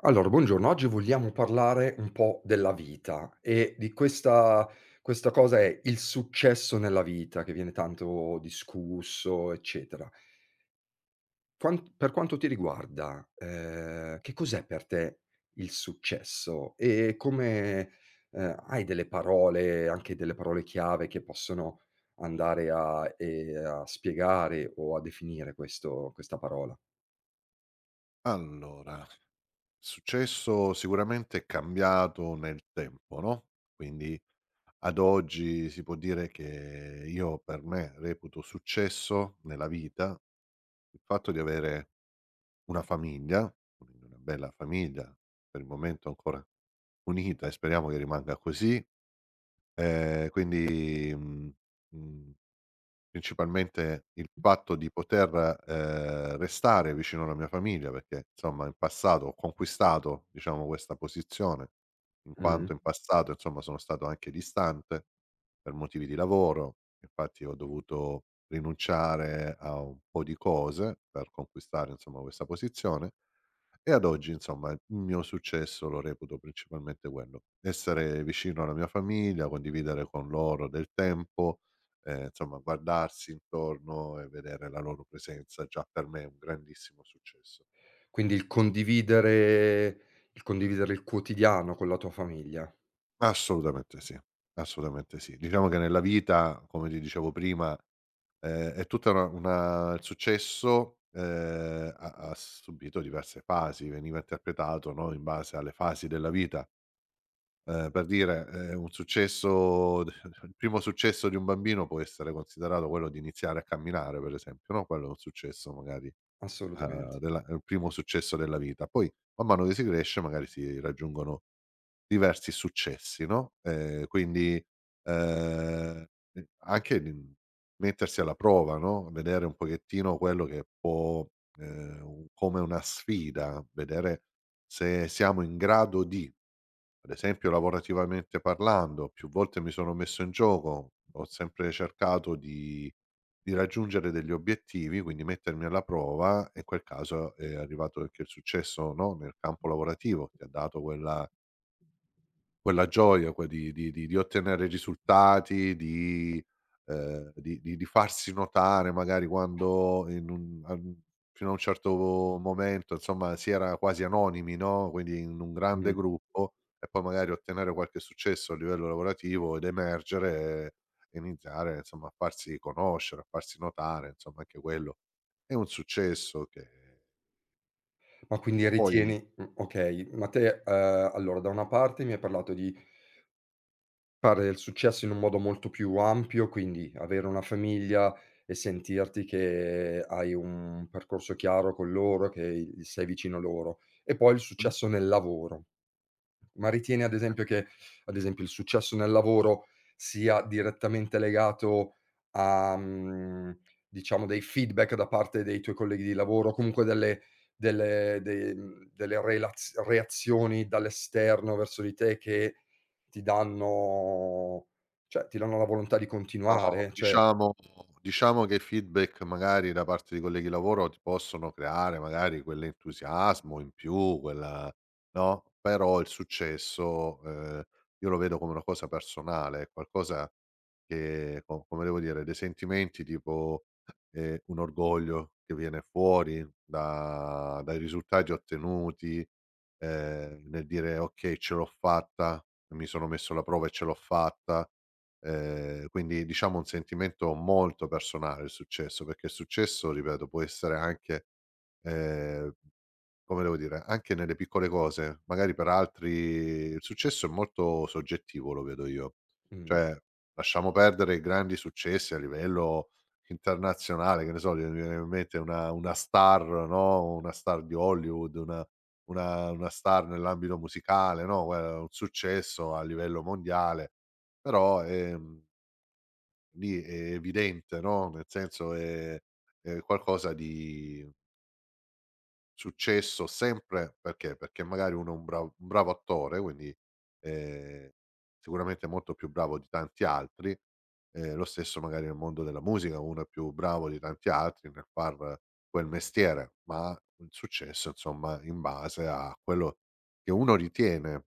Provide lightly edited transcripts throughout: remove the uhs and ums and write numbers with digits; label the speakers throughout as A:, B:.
A: Allora, buongiorno. Oggi vogliamo parlare un po' della vita e di questa cosa è il successo nella vita che viene tanto discusso, eccetera. Quan per quanto ti riguarda, che cos'è per te il successo? E come hai delle parole, anche delle parole chiave che possono andare a a spiegare o a definire questo questa parola?
B: Allora, successo sicuramente è cambiato nel tempo, no, quindi ad oggi si può dire che io per me reputo successo nella vita il fatto di avere una famiglia, quindi una bella famiglia, per il momento ancora unita e speriamo che rimanga così. Quindi, mhmm, mhmm Principalmente il fatto di poter, restare vicino alla mia famiglia, perché insomma in passato ho conquistato, diciamo, questa posizione, in
A: Mh.
B: quanto in passato, insomma, sono stato anche distante per motivi di lavoro. Infatti ho dovuto rinunciare a un po' di cose per conquistare, insomma, questa posizione. E ad oggi insomma il mio successo lo reputo principalmente quello: essere vicino alla mia famiglia, condividere con loro del tempo, insomma guardarsi intorno e vedere la loro presenza già per me è un grandissimo successo.
A: Quindi il condividere il condividere il quotidiano con la tua famiglia,
B: Assolutamente sì, assolutamente sì. Diciamo che nella vita, come ti dicevo prima, è tutta una il successo, ha subito diverse fasi, veniva interpretato, no, in base alle fasi della vita. Per dire, un successo d il primo successo di un bambino può essere considerato quello di iniziare a camminare, per esempio, no, quello è un successo magari,
A: assolutamente.
B: della è il primo successo della vita. Poi man mano che si cresce magari si raggiungono diversi successi, no, ehm, e anche di mettersi alla prova, no, vedere un pochettino quello che può u come una sfida, vedere se siamo in grado di ad esempio lavorativamente parlando, più volte mi sono messo in gioco, ho sempre cercato di raggiungere degli obiettivi, quindi mettermi alla prova e in quel caso è arrivato anche il successo, no, nel campo lavorativo, che ha dato quella gioia poi di ottenere risultati, di farsi notare magari quando in un a un fino a un certo momento, insomma, si era quasi anonimi, no, quindi in un grande
A: Mh.
B: gruppo e poi magari ottenere qualche successo a livello lavorativo ed emergere e iniziare, insomma, a farsi conoscere, a farsi notare, insomma, anche quello è un successo che
A: Ma quindi
B: poi.
A: ritieni okay, ma te, allora da una parte mi hai parlato di fare il successo in un modo molto più ampio, quindi avere una famiglia e sentirti che hai un percorso chiaro con loro, che i sei vicino loro, e poi il successo nel lavoro. Ma ritieni ad esempio che, ad esempio, il successo nel lavoro sia direttamente legato a, diciamo dei feedback da parte dei tuoi colleghi di lavoro, o comunque delle delle relaz reazioni dall'esterno verso di te che ti danno cioè ti danno la volontà di
B: No,
A: continuare? Cioè
B: diciamo, che i feedback magari da parte di colleghi di lavoro ti possono creare magari quell'entusiasmo in più, quella no, però il successo, io lo vedo come una cosa personale, è qualcosa che co come devo dire, dei sentimenti tipo, un orgoglio che viene fuori da dai risultati ottenuti, nel dire: "Okay, ce l'ho fatta, mi sono messo alla prova e ce l'ho fatta." Quindi diciamo un sentimento molto personale il successo, perché il successo, ripeto, può essere anche, ehm come devo dire, anche nelle piccole cose, magari per altri il successo è molto soggettivo, lo vedo io.
A: mh,
B: Cioè, lasciamo perdere i grandi successi a livello internazionale, che ne so, mi viene in mente una star, no, una star di Hollywood, una star nell'ambito musicale, no, un successo a livello mondiale, però, lì è evidente, no, nel senso è qualcosa di successo sempre perché? Perché magari uno è un bravo attore, quindi, ehm, sicuramente molto più bravo di tanti altri, lo stesso magari nel mondo della musica, uno è più bravo di tanti altri nel far quel mestiere, ma il successo insomma in base a quello che uno ritiene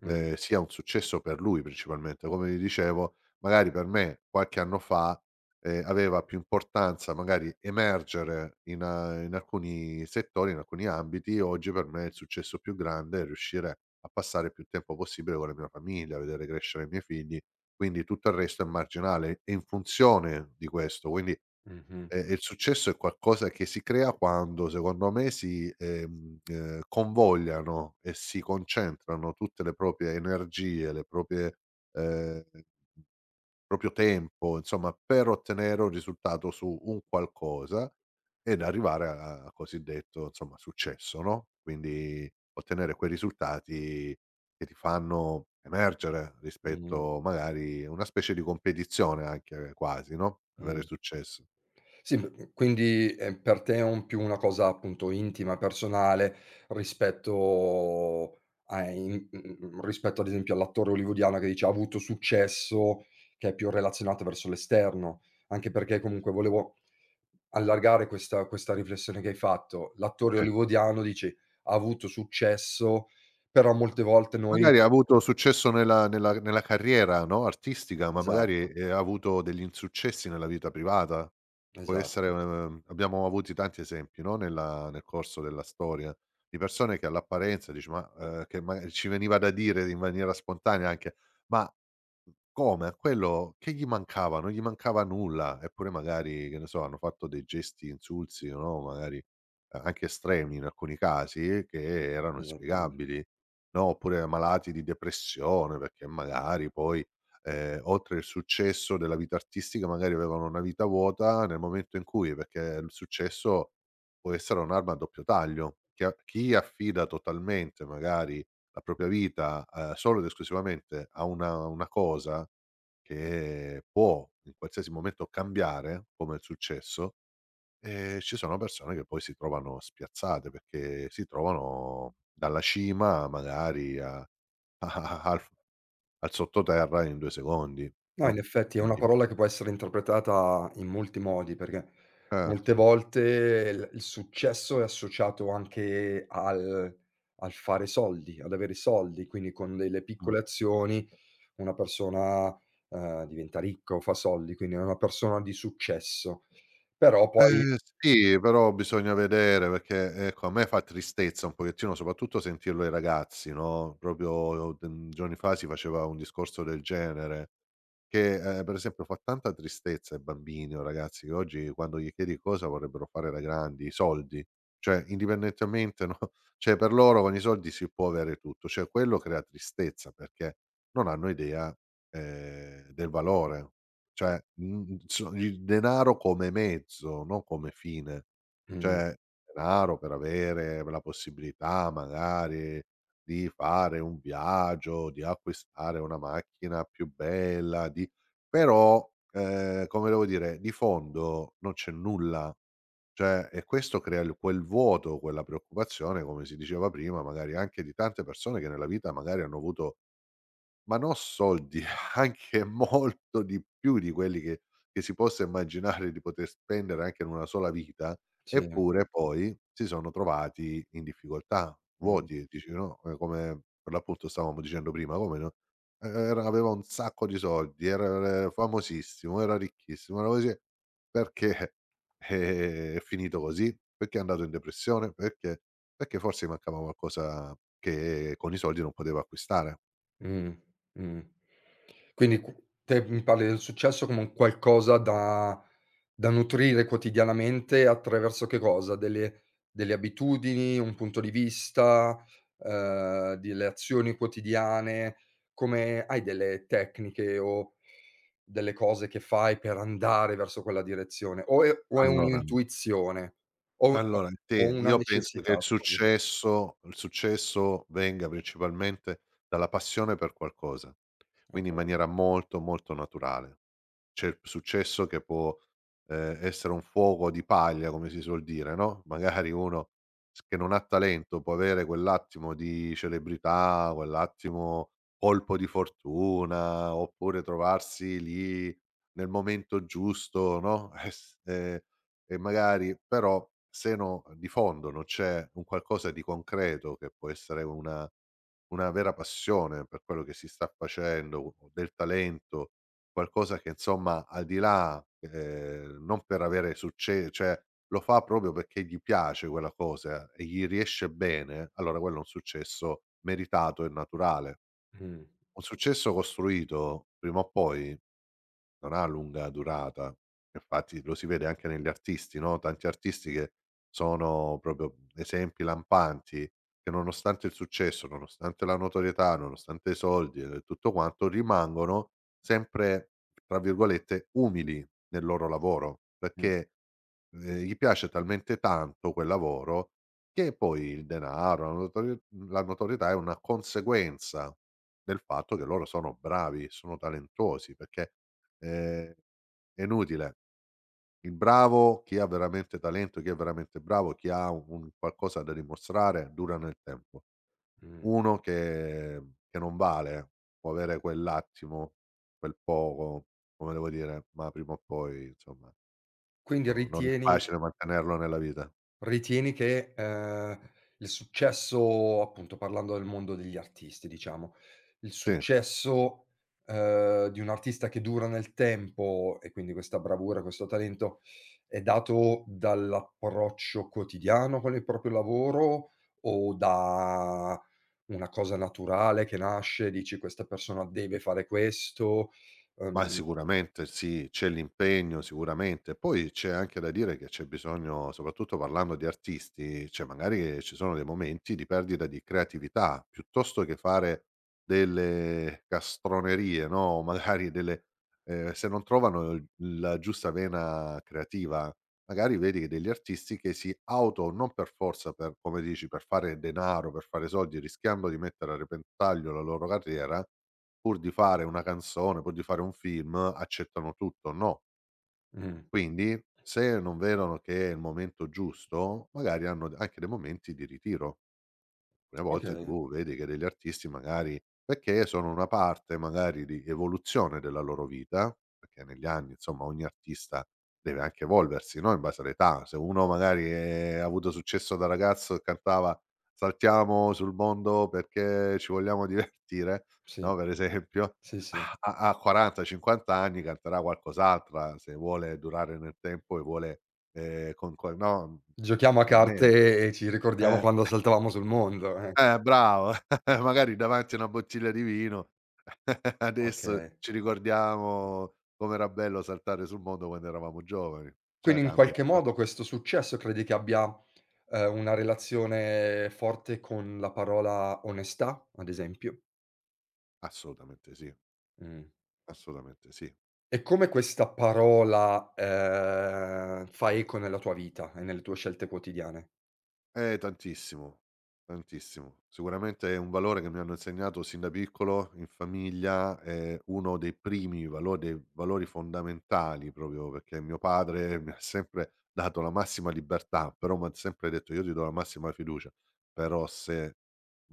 A: mh,
B: Sia un successo per lui principalmente. Come ti dicevo, magari per me qualche anno fa, aveva più importanza magari emergere in alcuni settori, in alcuni ambiti. Oggi per me il successo più grande è riuscire a passare il più tempo possibile con la mia famiglia, a vedere crescere i miei figli, quindi tutto il resto è marginale, è in funzione di questo. Quindi
A: mh-mh,
B: Il successo è qualcosa che si crea quando, secondo me, si convogliano e si concentrano tutte le proprie energie, le proprie il proprio tempo, insomma, per ottenere un risultato su un qualcosa ed arrivare a a cosiddetto, insomma, successo, no, quindi ottenere quei risultati che ti fanno emergere
A: mh,
B: rispetto magari a una specie di competizione anche quasi, no, avere
A: mh.
B: successo.
A: Sì, quindi, per te è un più una cosa appunto intima, personale, rispetto a rispetto ad esempio all'attore hollywoodiano che dice ha avuto successo, che è più relazionato verso l'esterno. Anche perché comunque volevo allargare questa riflessione che hai fatto. L'attore
B: Ce
A: hollywoodiano dici: "Ha avuto successo", però molte volte noi
B: Magari ha avuto successo nella carriera, no, artistica, ma magari,
A: esatto,
B: ha avuto degli insuccessi nella vita privata. Può essere
A: esatto,
B: abbiamo avuti tanti esempi, no, nel corso della storia, di persone che all'apparenza dici: "Ma", che magari ci veniva da dire in maniera spontanea anche: "Ma come? A quello che gli mancava? Non gli mancava nulla, eppure magari, che ne so, hanno fatto dei gesti insulsi, no, magari, a anche estremi in alcuni casi, che erano
A: esattamen
B: inspiegabili, no, oppure malati di depressione perché magari poi, oltre il successo della vita artistica magari avevano una vita vuota nel momento in cui perché il successo può essere un'arma a doppio taglio, chi a chi affida totalmente magari la propria vita, solo ed esclusivamente a una cosa che può in qualsiasi momento cambiare, come il successo, ci sono persone che poi si trovano spiazzate, perché si trovano dalla cima magari a al f al sottoterra in 2 secondi,
A: No, in
B: no,
A: effetti è una
B: quindi
A: parola che può essere interpretata in molti modi, perché molte
B: certo,
A: volte il successo è associato anche al al fare soldi, ad avere soldi, quindi con delle
B: mh.
A: piccole azioni una persona, diventa ricca o fa soldi, quindi è una persona di successo. Però poi
B: Sì, però bisogna vedere perché, ecco, a me fa tristezza un pochettino, soprattutto sentirlo ai ragazzi, no, proprio, giorni fa si faceva un discorso del genere che, per esempio fa tanta tristezza ai bambini o ragazzi che oggi quando gli chiedi cosa vorrebbero fare da grandi, i soldi, cioè indipendentemente, no, cioè per loro con i soldi si può avere tutto, cioè quello crea tristezza perché non hanno idea, del valore. Cioè, so il denaro come mezzo, non come fine.
A: mh,
B: Cioè, denaro per avere la possibilità magari di fare un viaggio, di acquistare una macchina più bella, di però, come devo dire, di fondo non c'è nulla. Cioè, e questo crea il quel vuoto, quella preoccupazione, come si diceva prima, magari anche di tante persone che nella vita magari hanno avuto ma no soldi, anche molto di più di quelli che si possa immaginare di poter spendere anche in una sola vita,
A: sì,
B: eppure poi si sono trovati in difficoltà,
A: mh.
B: vuoti, dici no, come per l'appunto stavamo dicendo prima, come no, e era aveva un sacco di soldi, era famosissimo, era ricchissimo, era così perché, è finito così? Perché è andato in depressione? Perché forse gli mancava qualcosa che con i soldi non poteva acquistare.
A: Mh, mh. Quindi qu te mi parli del successo come un qualcosa da da nutrire quotidianamente attraverso che cosa? Delle delle abitudini, un punto di vista, delle azioni quotidiane? Come hai delle tecniche o delle cose che fai per andare verso quella direzione? O è
B: Allora
A: un'intuizione? O u
B: Allora, sì,
A: o una
B: io penso che
A: necessità, scusami.
B: il successo venga principalmente dalla passione per qualcosa, quindi in
A: Okay.
B: maniera molto, molto naturale. C'è il successo che può, essere un fuoco di paglia, come si suol dire, no, magari uno s che non ha talento può avere quell'attimo di celebrità, quell'attimo colpo di fortuna, oppure trovarsi lì nel momento giusto, no, es e magari però se no di fondo non c'è un qualcosa di concreto che può essere una vera passione per quello che si sta facendo, o del talento, qualcosa che insomma al di là, non per avere succe cioè lo fa proprio perché gli piace quella cosa e gli riesce bene, allora quello è un successo meritato e naturale.
A: Mh,
B: Un successo costruito prima o poi non ha lunga durata. Infatti lo si vede anche negli artisti, no, tanti artisti che sono proprio esempi lampanti, che nonostante il successo, nonostante la notorietà, nonostante i soldi e tutto quanto, rimangono sempre, tra virgolette, "umili" nel loro lavoro,
A: mh,
B: perché, gli piace talmente tanto quel lavoro che poi il denaro, la notorietà è una conseguenza del fatto che loro sono bravi, sono talentuosi, perché Ehm, è inutile. Il bravo, chi ha veramente talento, chi è veramente bravo, chi ha un qualcosa da dimostrare dura nel tempo.
A: mh.
B: Uno che non vale può avere quell'attimo, quel poco, come devo dire, ma prima o poi insomma
A: Quindi
B: no, non è
A: ritieni
B: facile mantenerlo nella vita.
A: Ritieni che, il successo appunto parlando del mondo degli artisti diciamo, il
B: Sì.
A: successo, di un artista che dura nel tempo e quindi questa bravura, questo talento, è dato dall'approccio quotidiano con il proprio lavoro o da una cosa naturale che nasce, dici: "Questa persona deve fare questo"?
B: Ma
A: Ehm
B: sicuramente sì, c'è l'impegno sicuramente, poi c'è anche da dire che c'è bisogno, soprattutto parlando di artisti, cioè magari ci sono dei momenti di perdita di creatività, piuttosto che fare delle castronerie, no, magari delle se non trovano il la giusta vena creativa, magari vedi che degli artisti che si auto non per forza per come dici, per fare denaro, per fare soldi, rischiando di mettere a repentaglio la loro carriera pur di fare una canzone, pur di fare un film, accettano tutto, no.
A: mh,
B: Quindi se non vedono che è il momento giusto, magari hanno d anche dei momenti di ritiro alcune volte
A: okay,
B: tu vedi che degli artisti magari perché sono una parte magari di evoluzione della loro vita, perché negli anni insomma ogni artista deve anche evolversi, no, in base all'età. Se uno magari è ha avuto successo da ragazzo e cantava: "Saltiamo sul mondo perché ci vogliamo divertire",
A: sì,
B: no, per esempio,
A: sì, sì.
B: a a a 40, 50 anni canterà qualcos'altra, se vuole durare nel tempo e vuole, con no,
A: Giochiamo a
B: non è
A: carte e ci ricordiamo
B: eh.
A: quando saltavamo sul mondo, ecco.
B: Bravo, magari davanti a una bottiglia di vino adesso
A: Okay.
B: ci ricordiamo com'era bello saltare sul mondo quando eravamo giovani. Già
A: Quindi in
B: cambia
A: qualche modo questo successo credi che abbia, una relazione forte con la parola onestà, ad esempio?
B: assolutamente sì,
A: Mh.
B: assolutamente sì.
A: E come questa parola, fa eco nella tua vita e nelle tue scelte quotidiane?
B: Tantissimo, tantissimo. Sicuramente è un valore che mi hanno insegnato sin da piccolo in famiglia, è uno dei primi valo dei valori fondamentali proprio perché mio padre mi ha sempre dato la massima libertà, però m'ha sempre detto: "Io ti do la massima fiducia, però se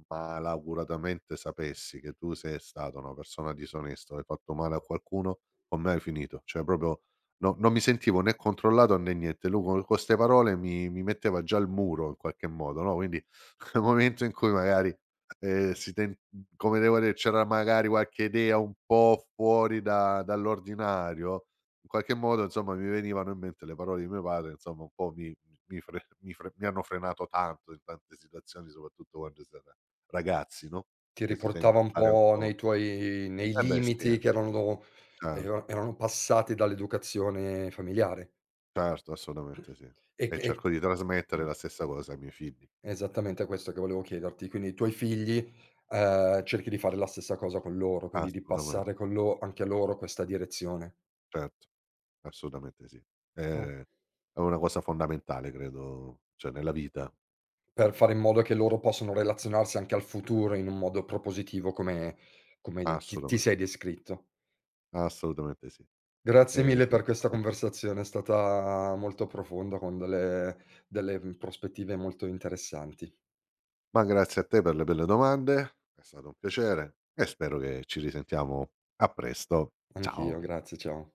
B: malauguratamente sapessi che tu sei stata una persona disonesta o hai fatto male a qualcuno, con me hai finito". Cioè proprio. No, non mi sentivo né controllato né niente. Lui co con 'ste parole mi metteva già al muro in qualche modo, no, quindi nel momento in cui magari, si ten come devo dire, c'era magari qualche idea un po' fuori da dall'ordinario, in qualche modo insomma mi venivano in mente le parole di mio padre, insomma un po' mi hanno frenato tanto in tante situazioni, soprattutto quando si era ragazzi, no,
A: Ti
B: e si tende
A: riportava
B: a
A: un
B: fare un
A: po'
B: po'
A: nei tuoi nei
B: eh beh sì,
A: limiti che erano
B: certo.
A: era erano passati dall'educazione familiare?
B: Certo, assolutamente sì.
A: E
B: E
A: che e
B: cerco di trasmettere
A: mh.
B: la stessa cosa ai miei figli.
A: Esattamente, è questo che volevo chiederti. Quindi i tuoi figli, cerchi di fare la stessa cosa con loro, quindi di
B: Assolutamente,
A: passare con lo anche a loro questa direzione.
B: certo, assolutamente sì.
A: Mh.
B: Ehm, è una cosa fondamentale credo, cioè nella vita,
A: Per fare in modo che loro possano relazionarsi anche al futuro in un modo propositivo come come ti ti
B: assolutamen
A: sei descritto.
B: assolutamente sì.
A: Grazie
B: Ehm,
A: mille per questa conversazione, è stata molto profonda con delle delle prospettive molto interessanti.
B: ma grazie a te per le belle domande, è stato un piacere e spero che ci risentiamo a presto. Ciao.
A: Anch'io, grazie, ciao.